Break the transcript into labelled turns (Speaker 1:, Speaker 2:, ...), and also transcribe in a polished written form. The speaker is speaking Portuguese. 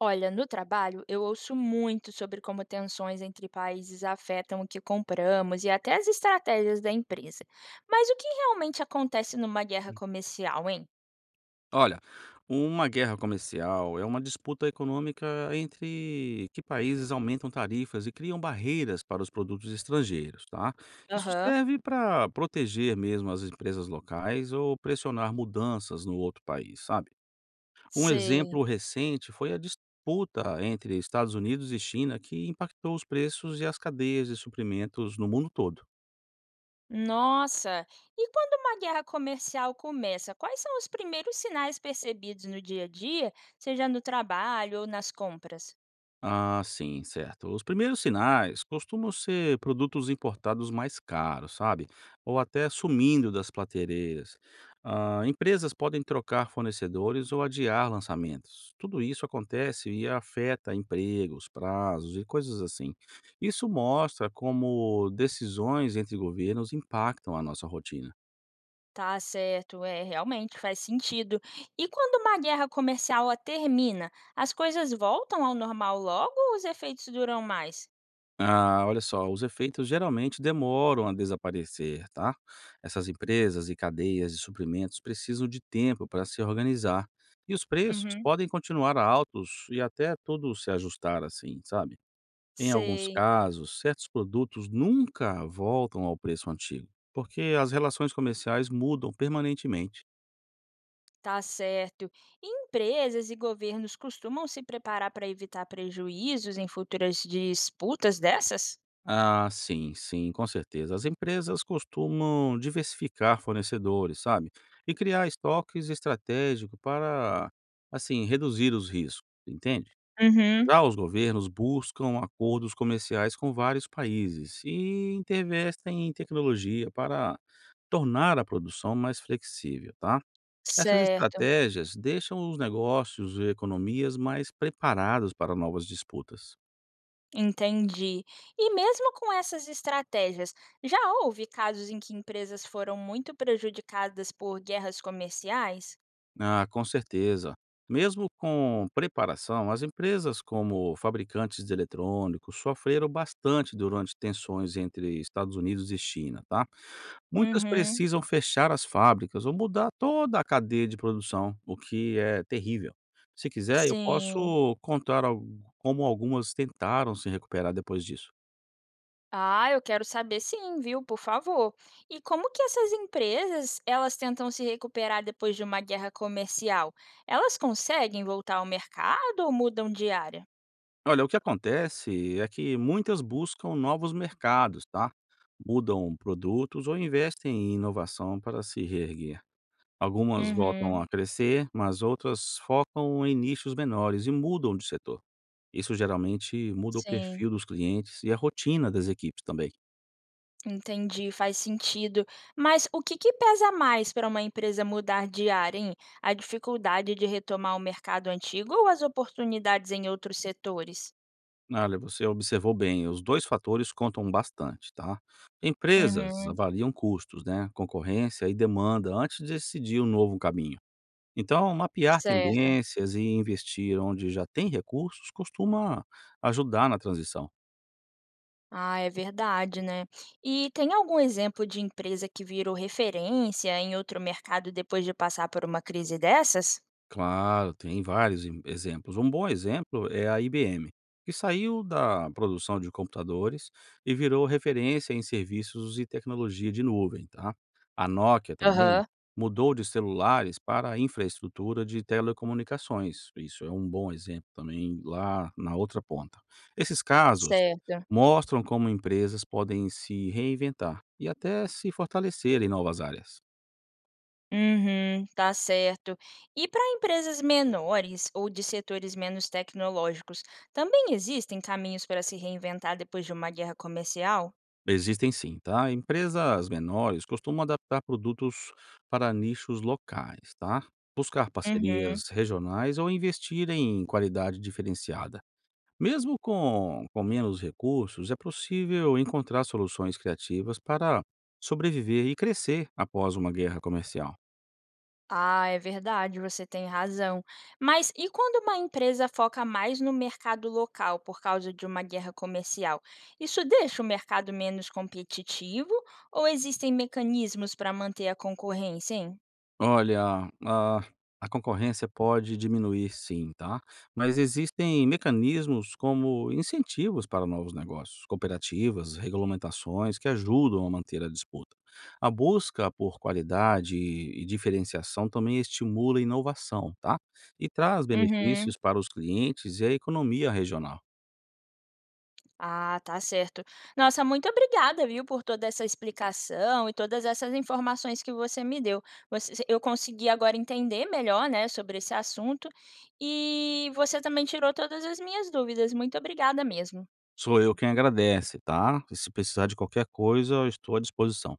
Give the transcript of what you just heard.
Speaker 1: Olha, no trabalho eu ouço muito sobre como tensões entre países afetam o que compramos e até as estratégias da empresa. Mas o que realmente acontece numa guerra
Speaker 2: Hum.
Speaker 1: comercial, hein?
Speaker 2: Olha, uma guerra comercial é uma disputa econômica entre que países aumentam tarifas e criam barreiras para os produtos estrangeiros, tá? Isso
Speaker 1: Aham.
Speaker 2: serve para proteger mesmo as empresas locais ou pressionar mudanças no outro país, sabe? Um
Speaker 1: Sei.
Speaker 2: exemplo recente foi a disputa entre Estados Unidos e China que impactou os preços e as cadeias de suprimentos no mundo todo.
Speaker 1: Nossa! E quando uma guerra comercial começa, quais são os primeiros sinais percebidos no dia a dia, seja no trabalho ou nas compras?
Speaker 2: Ah, sim, certo. Os primeiros sinais costumam ser produtos importados mais caros, sabe? Ou até sumindo das prateleiras. Ah, empresas podem trocar fornecedores ou adiar lançamentos. Tudo isso acontece e afeta empregos, prazos e coisas assim. Isso mostra como decisões entre governos impactam a nossa rotina.
Speaker 1: Tá certo, é, realmente faz sentido. E quando uma guerra comercial ó, termina, as coisas voltam ao normal logo ou os efeitos duram mais?
Speaker 2: Ah, olha só, os efeitos geralmente demoram a desaparecer, tá? Essas empresas e cadeias de suprimentos precisam de tempo para se organizar. E os preços
Speaker 1: Uhum,
Speaker 2: podem continuar altos e até tudo se ajustar assim, sabe? Em alguns
Speaker 1: sei,
Speaker 2: casos, certos produtos nunca voltam ao preço antigo, porque as relações comerciais mudam permanentemente.
Speaker 1: tá certo. E empresas e governos costumam se preparar para evitar prejuízos em futuras disputas dessas?
Speaker 2: Ah, sim, sim, com certeza. As empresas costumam diversificar fornecedores, sabe? E criar estoques estratégicos para, assim, reduzir os riscos, entende?
Speaker 1: Uhum,
Speaker 2: Já os governos buscam acordos comerciais com vários países e intervestem em tecnologia para tornar a produção mais flexível, tá? Essas
Speaker 1: certo,
Speaker 2: estratégias deixam os negócios e economias mais preparados para novas disputas.
Speaker 1: entendi. E mesmo com essas estratégias, já houve casos em que empresas foram muito prejudicadas por guerras comerciais?
Speaker 2: Ah, com certeza. Mesmo com preparação, as empresas como fabricantes de eletrônicos sofreram bastante durante tensões entre Estados Unidos e China, tá? Muitas
Speaker 1: Uhum.
Speaker 2: precisam fechar as fábricas ou mudar toda a cadeia de produção, o que é terrível. Se quiser, eu
Speaker 1: Sim.
Speaker 2: posso contar como algumas tentaram se recuperar depois disso.
Speaker 1: Ah, eu quero saber sim, viu, por favor. E como que essas empresas, elas tentam se recuperar depois de uma guerra comercial? Elas conseguem voltar ao mercado ou mudam de área?
Speaker 2: Olha, o que acontece é que muitas buscam novos mercados, tá? Mudam produtos ou investem em inovação para se reerguer. Algumas voltam
Speaker 1: Uhum,
Speaker 2: a crescer, mas outras focam em nichos menores e mudam de setor. Isso geralmente muda o
Speaker 1: sim,
Speaker 2: perfil dos clientes e a rotina das equipes também.
Speaker 1: entendi, faz sentido. Mas o que que pesa mais para uma empresa mudar de área, hein? A dificuldade de retomar o mercado antigo ou as oportunidades em outros setores?
Speaker 2: Olha, você observou bem, os dois fatores contam bastante, tá? Empresas
Speaker 1: Uhum,
Speaker 2: avaliam custos, né? Concorrência e demanda antes de decidir um novo caminho. Então, mapear
Speaker 1: certo.
Speaker 2: tendências e investir onde já tem recursos costuma ajudar na transição.
Speaker 1: Ah, é verdade, né? E tem algum exemplo de empresa que virou referência em outro mercado depois de passar por uma crise dessas?
Speaker 2: Claro, tem vários em exemplos. Um bom exemplo é a IBM, que saiu da produção de computadores e virou referência em serviços e tecnologia de nuvem, tá? A Nokia também
Speaker 1: Aham.
Speaker 2: mudou de celulares para a infraestrutura de telecomunicações. Isso é um bom exemplo também lá na outra ponta. Esses casos
Speaker 1: Certo.
Speaker 2: mostram como empresas podem se reinventar e até se fortalecer em novas áreas.
Speaker 1: Uhum, tá certo. E para empresas menores ou de setores menos tecnológicos, também existem caminhos para se reinventar depois de uma guerra comercial?
Speaker 2: Existem sim, tá? Empresas menores costumam adaptar produtos para nichos locais, tá? Buscar
Speaker 1: Uhum.
Speaker 2: parcerias regionais ou investir em qualidade diferenciada. Mesmo com menos recursos, é possível encontrar soluções criativas para sobreviver e crescer após uma guerra comercial.
Speaker 1: Ah, é verdade, você tem razão. Mas e quando uma empresa foca mais no mercado local por causa de uma guerra comercial? Isso deixa o mercado menos competitivo ou existem mecanismos para manter a concorrência, hein?
Speaker 2: Olha, a concorrência pode diminuir sim, tá? Mas existem mecanismos como incentivos para novos negócios, cooperativas, regulamentações que ajudam a manter a disputa. A busca por qualidade e diferenciação também estimula a inovação, tá? E traz
Speaker 1: Uhum.
Speaker 2: benefícios para os clientes e a economia regional.
Speaker 1: Ah, tá certo. Nossa, muito obrigada, viu, por toda essa explicação e todas essas informações que você me deu. Você- eu consegui agora entender melhor, né, sobre esse assunto e você também tirou todas as minhas dúvidas. Muito obrigada mesmo.
Speaker 2: Sou eu quem agradece, tá? E se precisar de qualquer coisa, eu estou à disposição.